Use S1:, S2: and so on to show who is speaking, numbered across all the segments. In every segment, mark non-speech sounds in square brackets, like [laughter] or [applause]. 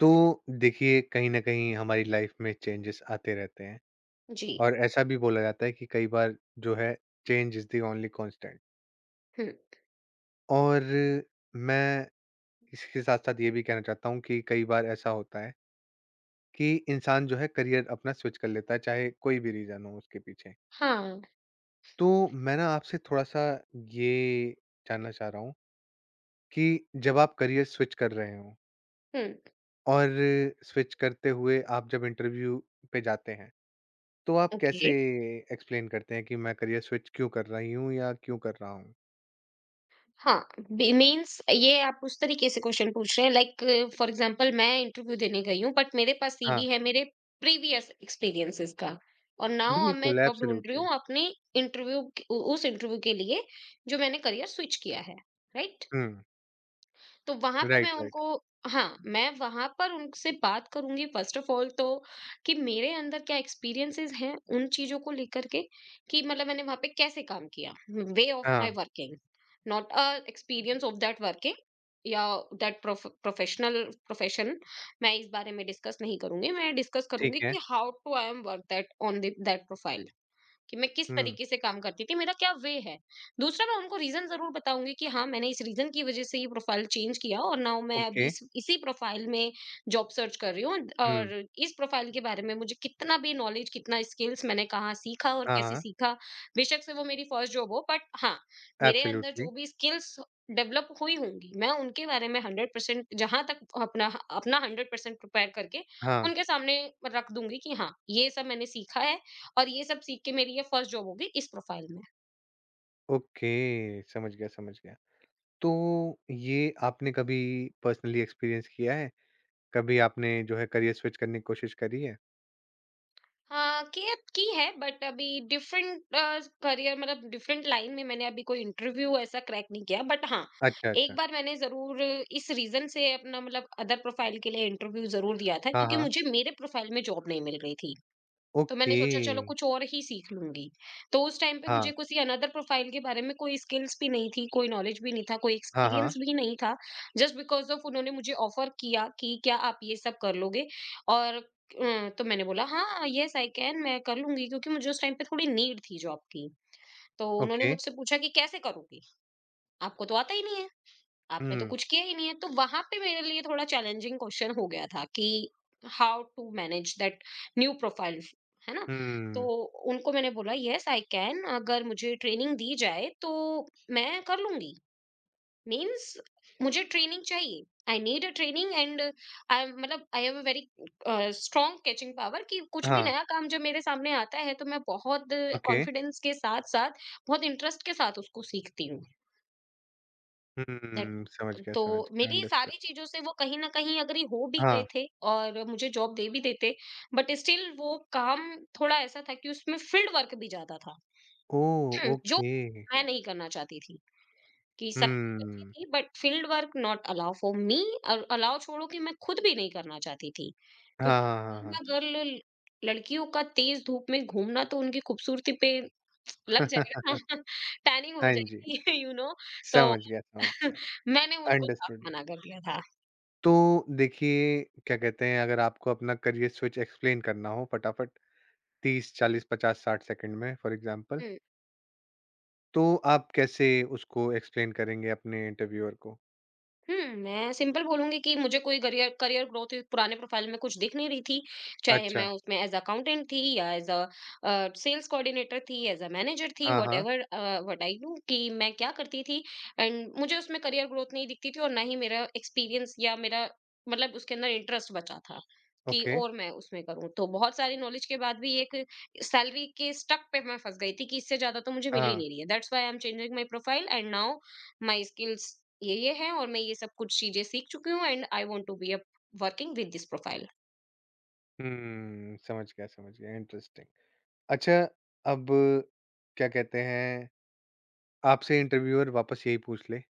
S1: तो देखिए कहीं न कहीं हमारी लाइफ में चेंजेस आते रहते हैं।
S2: जी।
S1: और ऐसा भी बोला जाता है कि कई बार जो है change is the only constant.
S2: हुँ,
S1: और मैं इसके साथ-साथ ये भी कहना चाहता हूँ कि कई बार ऐसा होता है कि इंसान जो है करियर अपना स्विच कर लेता है, चाहे कोई भी रीज़न हो उसके पीछे।
S2: हाँ,
S1: तो मैं ना आपसे थोड़ा-सा ये जानना चाह रहा हूँ कि जब आप करियर स्विच कर रहे हों
S2: हुँ,
S1: और स्विच करते हुए आप जब इंटरव्यू पे जाते हैं तो आप कैसे
S2: ओके,
S1: एक्सप्लेन करते हैं कि मैं करियर स्विच क्यों कर रही हूँ या क्यों कर रहा हूँ?
S2: हाँ, बी मीन्स ये आप उस तरीके से क्वेश्चन पूछ रहे हैं लाइक फॉर एग्ज़ाम्पल मैं इंटरव्यू देने गई हूँ बट मेरे पास
S1: हाँ,
S2: सीवी है मेरे प्रीवियस एक्सपीरियंसेस का। और नाउ अब मैं
S1: बिल्कुल,
S2: जॉब ढूँढ रही
S1: एब्सोल्युटली।
S2: हूँ अपने इंटरव्यू क उ उस इंटरव्यू के लिए जो मैंने करियर स्विच किया है, राइट?
S1: हुँ,
S2: तो वहाँ पे मैं
S1: राइट, राइट।
S2: उनको हाँ, मैं वहाँ पर उनसे बात करूँगी फ़र्स्ट ऑफ़ ऑल तो कि मेरे अंदर क्या एक्सपीरियंसेस हैं उन चीज़ों को लेकर के कि मतलब मैंने वहाँ पे कैसे काम किया, वे ऑफ़ माई
S1: हाँ,
S2: working, not a experience of that working या दैट प्रोफ़ेशनल प्रोफ़ेशन मैं इस बारे में डिस्कस नहीं करूँगी। मैं डिस्कस
S1: ठीक
S2: करूँगी
S1: है।
S2: कि how to I am work that on the that profile. कि मैं किस
S1: हुँ,
S2: तरीके से काम करती थी, मेरा क्या वे है। दूसरा मैं उनको रीज़न ज़रूर बताऊँगी कि हाँ, मैंने इस रीज़न की वज़ह से ये प्रोफ़ाइल चेंज किया और नाउ मैं अब
S1: ओके।
S2: इस इसी प्रोफ़ाइल में जॉब सर्च कर रही हूँ
S1: हुँ,
S2: और इस प्रोफ़ाइल के बारे में मुझे कितना भी नॉलेज, कितना स्किल्स मैंने कहाँ सीखा और
S1: हाँ,
S2: कैसे
S1: हाँ,
S2: सीखा, बेशक से वो मेरी फर्स्ट जॉब हो बट हाँ, मेरे अंदर
S1: एब्सोल्युटली।
S2: जो भी स्किल्स डेवलप हुई होंगी, मैं उनके बारे में 100% जहाँ तक अपना अपना 100% प्रिपेयर करके
S1: हाँ,
S2: उनके सामने रख दूँगी कि हाँ, ये सब मैंने सीखा है और ये सब सीख के मेरी ये फर्स्ट जॉब होगी इस प्रोफाइल में।
S1: ओके, समझ गया, समझ गया। तो ये आपने कभी पर्सनली एक्सपीरियंस किया है? कभी आपने जो है करियर स्विच करने की कोशिश करी है?
S2: हाँ, की है बट अभी डिफरेंट करियर मतलब डिफरेंट लाइन में मैंने अभी कोई इंटरव्यू ऐसा क्रैक नहीं किया बट हाँ,
S1: अच्छा, अच्छा।
S2: एक बार मैंने ज़रूर इस रीज़न से अपना मतलब अदर प्रोफाइल के लिए इंटरव्यू ज़रूर दिया था
S1: हाँ,
S2: क्योंकि
S1: हाँ,
S2: मुझे मेरे प्रोफाइल में जॉब नहीं मिल रही थी। तो
S1: ओके।
S2: मैंने सोचा चलो कुछ और ही सीख लूँगी। तो उस टाइम पे
S1: हाँ,
S2: मुझे किसी अनदर प्रोफ़ाइल के बारे में कोई स्किल्स भी नहीं थी, कोई नॉलेज भी नहीं था, कोई
S1: हाँ, हाँ,
S2: एक्सपीरियंस भी नहीं था। जस्ट बिकॉज़ ऑफ उन्होंने मुझे ऑफ़र किया कि क्या आप ये सब कर लोगे? और तो मैंने बोला हाँ, येस आई कैन मैं कर लूँगी क्योंकि मुझे उस टाइम पे थोड़ी नीड थी जॉब की। तो उन्होंने
S1: ओके।
S2: मुझसे पूछा कि कैसे करोगी? आपको तो आता ही नहीं है। आपने तो
S1: हुँ,
S2: कुछ किया ही नहीं है तो वहां पे मेरे लिए थोड़ा चैलेंजिंग क्वेश्चन हो गया था कि how to manage that new profile है ना। तो
S1: हुँ,
S2: उनको मैंने बोला यस आई कैन अगर मुझे ट्रेनिंग दी जाए तो मैं कर लूंगी मीन्स मुझे ट्रेनिंग चाहिए I need a training and I मतलब I have a very strong catching power कि कुछ भी
S1: हाँ,
S2: नया काम जब मेरे सामने आता है तो मैं बहुत
S1: ओके।
S2: कॉन्फिडेंस के साथ साथ बहुत इंटरेस्ट के साथ उसको सीखती हूँ दैट।
S1: हुँ,
S2: तो
S1: समझ गया,
S2: मेरी
S1: अंडरस्टूड।
S2: सारी चीजों से वो कहीं ना कहीं अग्री हो भी गए
S1: हाँ,
S2: थे और मुझे जॉब दे भी देते बट स्टिल वो काम थोड़ा ऐसा था कि उसमें फील्ड वर्क भी ज्यादा था।
S1: ओह!
S2: जो
S1: ओके,
S2: मैं नहीं करना चाहती थी कि सब चीज अच्छी
S1: हुँ,
S2: थी but field work not allow for me और अलाउ छोड़ो कि मैं खुद भी नहीं करना चाहती थी
S1: हाँ, हाँ,
S2: क्योंकि
S1: हाँ,
S2: गर्ल लड़कियों का तेज धूप में घूमना तो उनकी खूबसूरती पे लग
S1: हाँ।
S2: जाएगा ना
S1: [laughs]
S2: [laughs] टैनिंग हो
S1: हाँ जी,
S2: जाएगी [laughs] तो
S1: समझ
S2: [laughs]
S1: गया,
S2: मैंने उनको साफ
S1: अंडरस्टूड।
S2: मना कर दिया था।
S1: तो देखिए, क्या कहते हैं, अगर आपको अपना करियर स्विच एक्सप्लेन करना हो फटाफट 30, 40, 50, 60 सेकंड में फॉर एग्ज़ाम्पल,
S2: हुँ।
S1: तो आप कैसे उसको एक्सप्लेन करेंगे अपने इंटरव्यूअर को?
S2: हुँ, मैं सिंपल बोलूँगी कि मुझे कोई करियर करियर ग्रोथ पुराने प्रोफ़ाइल में कुछ दिख नहीं रही थी। चाहे
S1: अच्छा,
S2: मैं उसमें एज़ अकाउंटेंट थी या एज़ अ सेल्स कोऑर्डिनेटर थी, एज़ अ मैनेजर थी,
S1: हाँ, हाँ,
S2: व्हाटएवर व्हाट आई डू कि मैं क्या करती थी एंड मुझे उसमें करियर ग्रोथ नहीं दिखती थी और ना ही मेरा एक्सपीरियंस या मेरा मतलब उसके अंदर इंटरेस्ट बचा था कि
S1: ओके,
S2: और मैं उसमें करूँ। तो बहुत सारी नॉलेज के बाद भी एक सैलरी के स्टक पे मैं फँस गई थी कि इससे ज़्यादा तो मुझे मिल ही
S1: हाँ,
S2: नहीं रही है। That's why I am changing my profile and now my skills ये हैं और मैं ये सब कुछ चीजें सीख चुकी हूँ and I want to be a working with this profile.
S1: हुँ, समझ गया, इंटरेस्टिंग। अच्छा, अब क्या कहते हैं आपसे इंटरव्यूअर वापस यही पूछ ले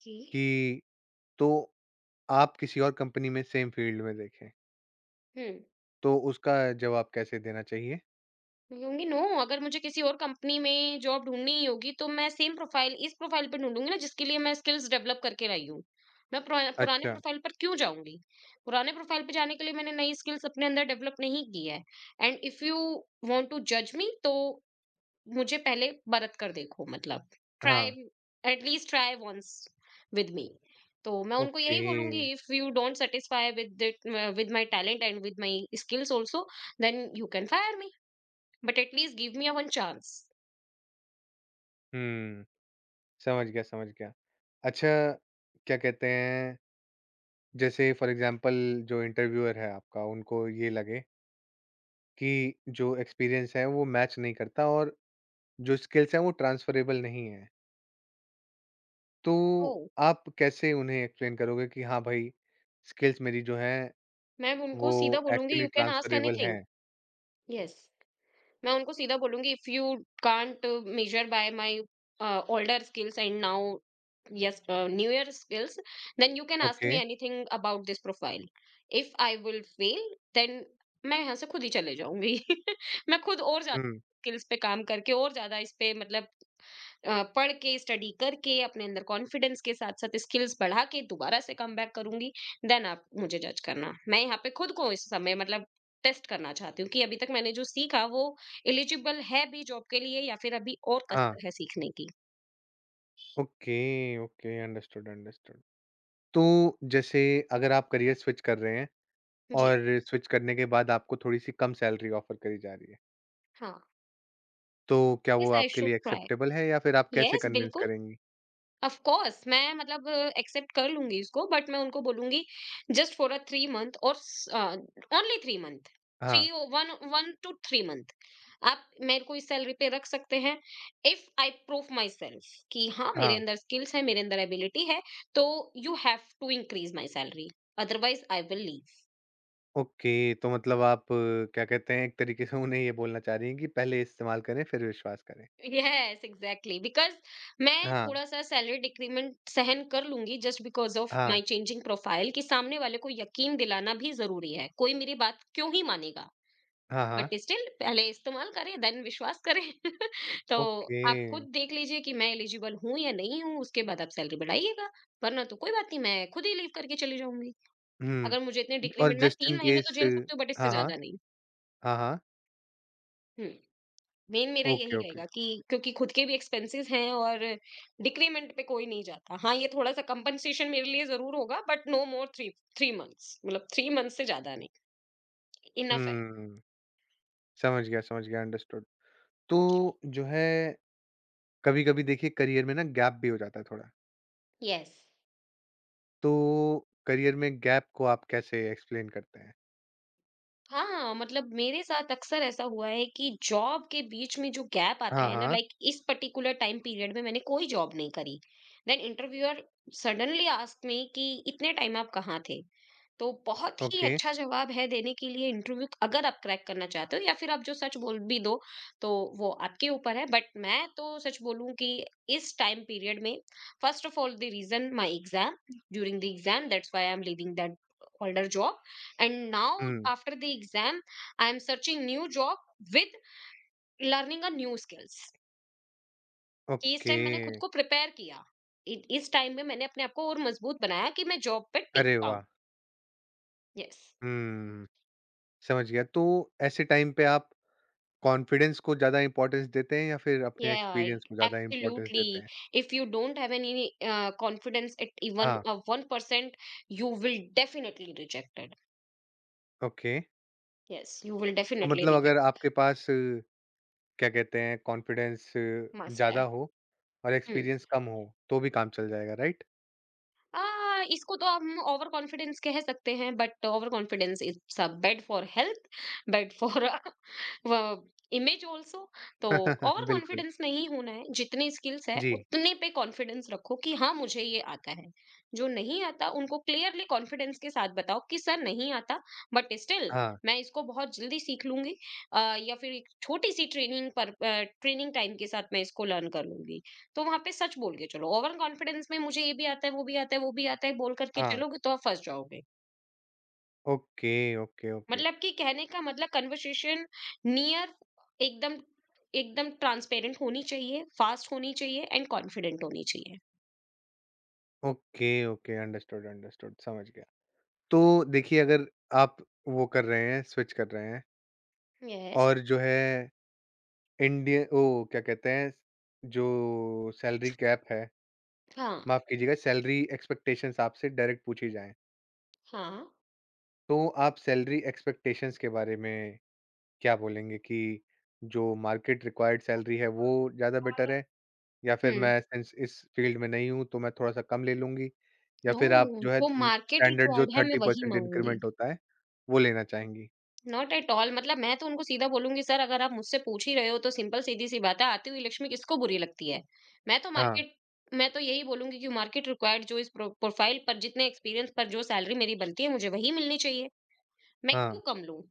S2: जी,
S1: कि तो आप किसी और कंपनी में सेम फील्ड में देखें,
S2: हम्म,
S1: तो उसका जवाब कैसे देना चाहिए?
S2: मैं कहूंगी नो अगर मुझे किसी और कंपनी में जॉब ढूंढनी ही होगी तो मैं सेम प्रोफाइल इस प्रोफाइल पे ढूंढूंगी ना जिसके लिए मैं स्किल्स डेवलप करके लाई हूँ। मैं पुराने
S1: अच्छा,
S2: प्रोफाइल पर क्यों जाऊंगी? पुराने प्रोफाइल पे जाने के लिए मैंने नई स्किल्स अपने अंदर डेवलप नहीं की है and if you want to जज मी तो मुझे पहले बरत कर देखो मतलब ट्राई
S1: हाँ,
S2: at least try once with me. तो मैं उनको
S1: ओके।
S2: यही बोलूंगी if you don't satisfy with it with my talent and with my skills also then you can fire me but at least give me a one chance.
S1: हुँ, समझ गया, समझ गया। अच्छा, क्या कहते हैं, जैसे फॉर एग्ज़ाम्पल जो इंटरव्यूअर है आपका, उनको ये लगे कि जो एक्सपीरियंस है, वो मैच नहीं करता और जो स्किल्स हैं, वो ट्रांसफ़रेबल नहीं हैं। तो
S2: ओ,
S1: आप कैसे उन्हें एक्सप्लेन करोगे कि हाँ भाई, स्किल्स मेरी जो हैं
S2: मैं उनको
S1: वो
S2: सीधा बोलूंगी
S1: actually
S2: you can ask
S1: transferable
S2: anything.
S1: हैं।
S2: यस, मैं उनको सीधा बोलूंगी if you can't measure by my older skills and now yes newer skills then you can ask
S1: okay.
S2: Me anything about this profile. If I will fail then मैं यहाँ से खुद ही चले जाऊंगी [laughs] मैं खुद और ज्यादा
S1: हुँ।
S2: स्किल्स पे काम करके और ज्यादा इस पे मतलब पढ़ के, स्टडी करके, अपने अंदर कॉन्फिडेंस के साथ-साथ स्किल्स बढ़ा के दोबारा से कमबैक करूँगी, देन आप मुझे जज करना। मैं यहाँ पे खुद को इस समय मतलब टेस्ट करना चाहती हूँ कि अभी तक मैंने जो सीखा वो एलिजिबल है भी जॉब के लिए या फिर अभी और
S1: हाँ।
S2: कसर है सीखने की।
S1: Okay, okay. Understood, understood. तो जैसे अगर आप करियर स्विच कर रहे हैं
S2: जी,
S1: और स्विच करने के बाद आपको थोड़ी-सी कम सैलरी ऑफर करी जा रही है,
S2: हाँ।
S1: तो क्या वो
S2: येस आई
S1: आपके
S2: शुड
S1: लिए
S2: ट्राई।
S1: एक्सेप्टेबल है या फिर आप कैसे
S2: येस,
S1: कन्विंस
S2: बिल्कुल।
S1: करेंगी?
S2: ऑफ कोर्स मैं मतलब एक्सेप्ट कर लूंगी इसको बट मैं उनको बोलूंगी just for a three month और ओनली थ्री मंथ थ्री
S1: हाँ,
S2: one one two three month आप मेरे को इस सैलरी पे रख सकते हैं if I proof myself कि हाँ मेरे
S1: हाँ।
S2: अंदर स्किल्स है मेरे अंदर एबिलिटी है तो you have to increase my salary otherwise I will leave.
S1: Okay, तो मतलब आप क्या कहते हैं एक तरीके से उन्हें ये बोलना चाह रही हैं कि पहले इस्तेमाल करें फिर विश्वास करें।
S2: यस एग्जैक्टली बिकॉज मैं
S1: हाँ,
S2: थोड़ा सा सैलरी डिक्रीमेंट सहन कर लूंगी जस्ट बिकॉज ऑफ
S1: हाँ।
S2: माय चेंजिंग प्रोफाइल कि सामने वाले को यकीन दिलाना भी जरूरी है, कोई मेरी बात क्यों ही मानेगा।
S1: हाँ, हाँ।
S2: बट स्टिल पहले इस्तेमाल करें देन विश्वास करें [laughs] तो
S1: ओके।
S2: आप खुद देख लीजिए कि मैं एलिजिबल हूं या नहीं हूं उसके बाद आप सैलरी बढ़ाइएगा वरना तो कोई बात नहीं, मैं खुद ही लीव करके चली जाऊंगी।
S1: हुँ,
S2: अगर मुझे इतने
S1: और
S2: डिक्रीमेंट मैं
S1: जस्ट
S2: तीन
S1: इन
S2: महीने तो
S1: केस
S2: झेल
S1: हाँ,
S2: सकती हूँ बट इससे
S1: हाँ।
S2: ज्यादा नहीं।
S1: हाँ, हाँ।
S2: मेन मेरा
S1: ओके,
S2: यही
S1: ओके।
S2: रहेगा कि क्योंकि खुद के भी एक्सपेंसेस हैं और डिक्रीमेंट पे कोई नहीं जाता। हाँ, ये थोड़ा-सा कंपनसेशन मेरे लिए ज़रूर होगा बट नो मोर 3 मंथ्स मतलब 3 मंथ्स से ज़्यादा नहीं, इनफ है।
S1: हुँ, समझ गया, अंडरस्टूड। तो जो है कभी-कभी देखिए करियर में ना गैप भी हो जाता है थोड़ा,
S2: येस।
S1: तो करियर में गैप को आप कैसे एक्सप्लेन करते हैं?
S2: हाँ, मतलब मेरे साथ अक्सर ऐसा हुआ है कि जॉब के बीच में जो गैप आता
S1: हाँ,
S2: है ना
S1: हाँ,
S2: लाइक इस पर्टिकुलर टाइम पीरियड में मैंने कोई जॉब नहीं करी। Then interviewer suddenly asked me कि इतने टाइम आप कहाँ थे? तो बहुत ही
S1: ओके।
S2: अच्छा जवाब है देने के लिए इंटरव्यू अगर आप क्रैक करना चाहते हो या फिर आप जो सच बोल भी दो तो वो आपके ऊपर है बट मैं तो सच बोलूं कि इस टाइम पीरियड में first of all the reason my exam during the exam that's why I am leaving that older job. And now,
S1: हुँ,
S2: after the exam, I am searching new job with learning a new skills. कि इस
S1: okay.
S2: Time मैंने खुद को prepare किया। इस time में मैंने अपने आप को और मजबूत बनाया कि मैं जॉब पे टिक
S1: अरे
S2: पाऊं।
S1: वाह!
S2: यस।
S1: हुँ, समझ गया। तो ऐसे टाइम पे आप कॉन्फिडेंस को ज़्यादा इम्पोर्टेंस देते हैं या फिर अपने
S2: Yeah, I-
S1: एक्सपीरियंस को ज़्यादा इम्पोर्टेंस देते
S2: absolutely.
S1: हैं?
S2: If you don't have any confidence at even
S1: हाँ,
S2: 1%, you will definitely reject it.
S1: Okay.
S2: Yes, you will
S1: तो
S2: definitely
S1: मतलब
S2: reject.
S1: अगर आपके पास क्या कहते हैं कॉन्फिडेंस
S2: Must
S1: ज़्यादा
S2: have.
S1: हो और
S2: Hmm.
S1: एक्सपीरियंस कम हो, तो भी काम चल जाएगा, राइट?
S2: आ, इसको तो हम ओवर कॉन्फिडेंस कह सकते हैं but over confidence is a bad for health, bad for [laughs] image also. तो
S1: [laughs]
S2: ओवर
S1: बिल्कुल।
S2: कॉन्फिडेंस नहीं होना है, जितने स्किल्स है
S1: जी।
S2: उतने पे कॉन्फिडेंस रखो कि हाँ मुझे ये आता है। जो नहीं आता उनको क्लियरली कॉन्फिडेंस के साथ बताओ कि सर नहीं आता बट स्टिल
S1: हाँ,
S2: मैं इसको बहुत जल्दी सीख लूंगी या फिर एक छोटी सी ट्रेनिंग पर ट्रेनिंग टाइम के साथ मैं इसको लर्न कर लूंगी। तो वहां पे सच बोल के चलो, ओवर कॉन्फिडेंस में मुझे ये भी आता है वो भी आता है वो भी आता है बोल करके
S1: हाँ।
S2: चलोगे तो आप फंस जाओगे।
S1: Okay, okay, okay.
S2: मतलब कि कहने का मतलब कन्वर्सेशन नियर एकदम एकदम ट्रांसपेरेंट होनी चाहिए, फास्ट होनी चाहिए एंड कॉन्फिडेंट होनी चाहिए।
S1: ओके, ओके, अंडरस्टूड, अंडरस्टूड, समझ गया। तो देखिए, अगर आप वो कर रहे हैं, स्विच कर रहे हैं
S2: यस।
S1: और जो है क्या कहते हैं, जो सैलरी कैप है,
S2: हाँ,
S1: माफ़ कीजिएगा, सैलरी एक्सपेक्टेशंस आपसे डायरेक्ट पूछी जाएँ,
S2: हाँ।
S1: तो आप सैलरी एक्सपेक्टेशंस के बारे में क्या बोलेंगे कि जो मार्केट रिक्वायर्ड सैलरी है, वो ज़्यादा बेटर है या फिर
S2: हुँ,
S1: मैं सिंस इस फ़ील्ड में नहीं हूँ, तो मैं थोड़ा-सा कम ले लूँगी या
S2: नो
S1: फिर आप जो है
S2: जो मार्केट
S1: स्टैंडर्ड जो
S2: रिक्वायर्ड है मैं वही
S1: 30%
S2: माँगूँगी।
S1: इंक्रीमेंट होता है, वो लेना चाहेंगी?
S2: नॉट एट ऑल मतलब मैं तो उनको सीधा बोलूँगी सर अगर आप मुझसे पूछ ही रहे हो तो सिंपल सीधी-सी बात है, आती हुई लक्ष्मी किसको बुरी लगती है? मैं तो
S1: हाँ,
S2: मार्केट मैं तो यही बोलूँगी कि मार्केट रिक्वायर्ड जो इस प्रोफाइल पर जितने एक्सपीरियंस पर जो सैलरी मेरी बनती है मुझे वही मिलनी चाहिए। मैं
S1: हाँ।
S2: क्यों कम लूँ?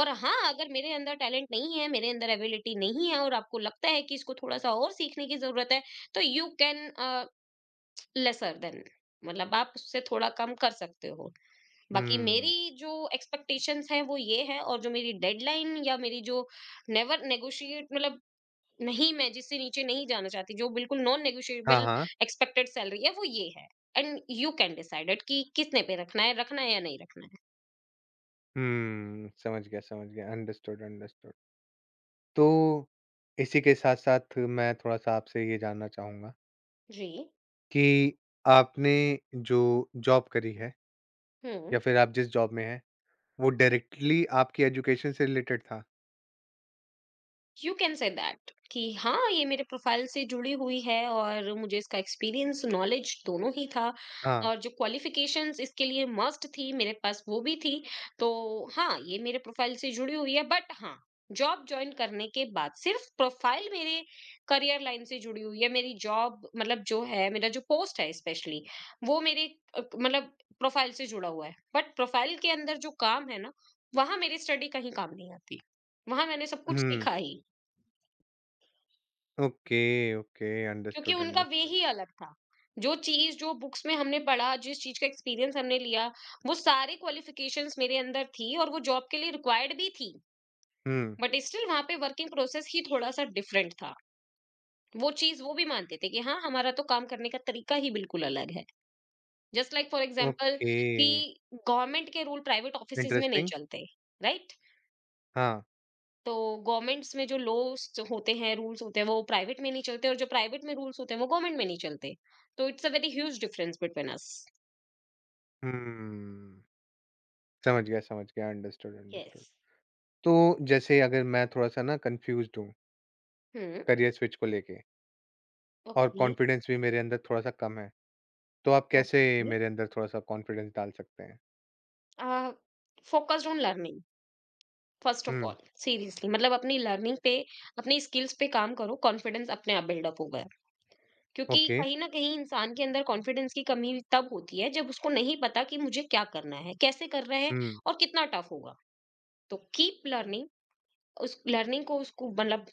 S2: और हाँ, अगर मेरे अंदर टैलेंट नहीं है, मेरे अंदर एबिलिटी नहीं है और आपको लगता है कि इसको थोड़ा-सा और सीखने की ज़रूरत है, तो यू कैन लेसर देन मतलब आप उससे थोड़ा कम कर सकते हो। बाकी मेरी
S1: हुँ।
S2: जो एक्सपेक्टेशंस हैं वो ये है और जो मेरी डेडलाइन या मेरी जो नेवर नेगोशिएट मतलब नहीं मैं जिससे नीचे नहीं जाना चाहती, जो बिल्कुल नॉन
S1: हाँ,
S2: नेगोशिएबल
S1: हाँ।
S2: एक्सपेक्टेड सैलरी है वो ये है and you can decide it कि किसने पे रखना है या नहीं रखना है।
S1: हुँ, समझ गया, समझ गया। Understood, understood. तो इसी के साथ-साथ मैं थोड़ा-सा आपसे ये जानना चाहूँगा
S2: जी।
S1: कि आपने जो जॉब करी है या
S2: हुँ।
S1: फिर आप जिस जॉब में हैं, वो डायरेक्टली आपकी एजुकेशन से रिलेटेड था?
S2: यू कैन से दैट कि हाँ ये मेरे प्रोफाइल से जुड़ी हुई है और मुझे इसका एक्सपीरियंस नॉलेज दोनों ही था
S1: हाँ।
S2: और जो क्वालिफिकेशंस इसके लिए मस्ट थी मेरे पास वो भी थी, तो हाँ ये मेरे प्रोफाइल से जुड़ी हुई है बट हाँ जॉब ज्वाइन करने के बाद सिर्फ प्रोफाइल मेरे करियर लाइन से जुड़ी हुई है। मेरी जॉब मतलब जो है मेरा जो पोस्ट है स्पेशली वो मेरे मतलब प्रोफाइल से जुड़ा हुआ है बट प्रोफाइल के अंदर जो काम है ना, वहां मेरी स्टडी कहीं काम नहीं आती। वहां मैंने सब कुछ
S1: हुँ।
S2: सीखा ही,
S1: ओके, ओके।
S2: क्योंकि
S1: अंडरस्टूड,
S2: उनका वे
S1: अंडरस्टूड।
S2: ही अलग था। जो चीज़ जो बुक्स में हमने पढ़ा, जिस चीज़ का एक्सपीरियंस हमने लिया, वो सारे क्वालिफ़िकेशंस मेरे अंदर थी और वो जॉब के लिए रिक्वायर्ड भी थी।
S1: हुँ,
S2: बट स्टिल वहाँ पे वर्किंग प्रोसेस ही थोड़ा-सा डिफरेंट था। वो चीज़ वो भी मानते थे कि हाँ, हमारा तो काम करने का तरीका ही बिल्कुल अलग है। Just like for example
S1: okay,
S2: कि गवर्नमेंट के रूल प्राइवेट ऑफ़िसेज़ में नहीं
S1: इंटरेस्टिंग।
S2: चलते, राइट?
S1: हाँ,
S2: तो गवर्नमेंट्स में जो लॉस होते हैं, रूल्स होते हैं, वो प्राइवेट में नहीं चलते और जो प्राइवेट में रूल्स होते हैं वो गवर्नमेंट में नहीं चलते। तो it's a very huge difference between us.
S1: हुँ, समझ गया, अंडरस्टूड, अंडरस्टूड।
S2: yes।
S1: तो जैसे अगर मैं थोड़ा-सा ना कन्फ्यूज़्ड हूँ
S2: हम्म।
S1: करियर स्विच को लेके और
S2: ओके
S1: कॉन्फिडेंस भी मेरे अंदर थोड़ा-सा कम है, तो आप कैसे
S2: ओके।
S1: मेरे अंदर थोड़ा-सा कॉन्फिडेंस डाल सकते हैं?
S2: Focused on learning, first of
S1: hmm,
S2: all. Seriously मतलब अपनी लर्निंग पे, अपनी स्किल्स पे काम करो, कॉन्फिडेंस अपने आप बिल्डअप होगा। क्योंकि
S1: ओके,
S2: कहीं ना कहीं इंसान के अंदर कॉन्फिडेंस की कमी तब होती है जब उसको नहीं पता कि मुझे क्या करना है, कैसे करना है
S1: हुँ,
S2: और कितना टफ होगा। तो कीप लर्निंग, उस लर्निंग को उसको मतलब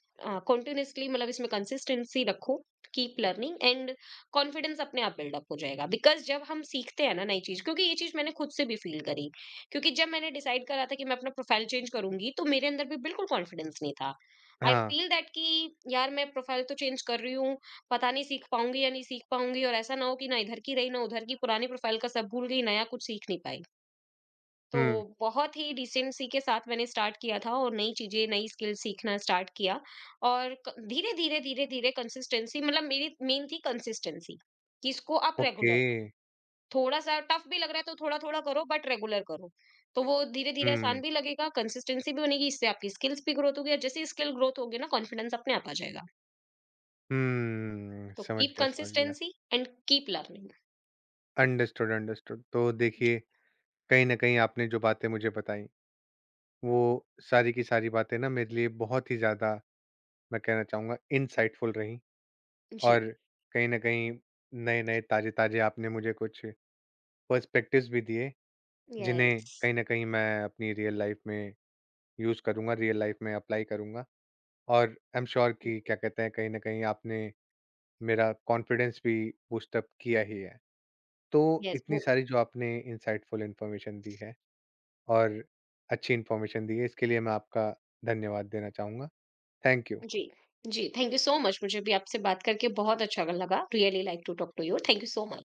S2: कंटिन्यूअसली मतलब इसमें कंसिस्टेंसी रखो। कीप लर्निंग एंड कॉन्फिडेंस अपने आप बिल्डअप हो जाएगा, बिकॉज जब हम सीखते हैं ना नई चीज, क्योंकि ये चीज मैंने खुद से भी फील करी। क्योंकि जब मैंने डिसाइड करा था कि मैं अपना प्रोफाइल चेंज करूंगी, तो मेरे अंदर भी बिल्कुल कॉन्फिडेंस नहीं था। आई
S1: हाँ,
S2: फील दैट कि यार मैं प्रोफाइल तो चेंज कर रही हूँ, पता नहीं सीख पाऊंगी या नहीं सीख पाऊंगी, और ऐसा ना हो कि ना इधर की रही ना उधर की, पुरानी प्रोफाइल का सब भूल गई, नया कुछ सीख नहीं पाई। तो
S1: हुँ,
S2: बहुत ही डिसेंसी के साथ मैंने स्टार्ट किया था और नई चीजें नई स्किल सीखना स्टार्ट किया और धीरे धीरे धीरे धीरे कंसिस्टेंसी मतलब मेरी मेन थी कंसिस्टेंसी, कि इसको आप
S1: ओके,
S2: रेगुलर करो। थोड़ा सा टफ भी लग रहा है तो थोड़ा थोड़ा करो बट रेगुलर करो। तो वो धीरे धीरे
S1: हुँ,
S2: आसान भी लगेगा, कंसिस्टेंसी भी बनेगी, इससे आपकी स्किल्स भी ग्रोथ होगी और जैसे स्किल ग्रोथ होगी ना, कॉन्फिडेंस अपने आप आ जाएगा।
S1: हुँ,
S2: तो
S1: समझ
S2: कीप
S1: गया, समझ गया।
S2: Consistency and keep learning.
S1: Understood, understood. तो देखिए, कहीं न कहीं आपने जो बातें मुझे बताई वो सारी की सारी बातें ना मेरे लिए बहुत ही ज़्यादा मैं कहना चाहूँगा इनसाइटफुल रहीं
S2: जी।
S1: और कहीं न कहीं नए-नए, ताज़े-ताज़े आपने मुझे कुछ पर्सपेक्टिव्स भी दिए,
S2: यस।
S1: जिन्हें कहीं न कहीं मैं अपनी रियल लाइफ़ में यूज़ करूँगा, रियल लाइफ़ में अप्लाई करूँगा और आई एम श्योर कि क्या कहते हैं, कहीं न कहीं आपने मेरा कॉन्फिडेंस भी बूस्ट अप किया ही है। तो
S2: यस।
S1: इतनी सारी जो आपने इनसाइटफुल इन्फॉर्मेशन दी है और अच्छी इन्फॉर्मेशन दी है, इसके लिए मैं आपका धन्यवाद देना चाहूँगा। Thank you.
S2: जी, जी, थैंक यू सो मच, मुझे भी आपसे बात करके बहुत अच्छा लगा। Really like to talk to you. Thank you so much.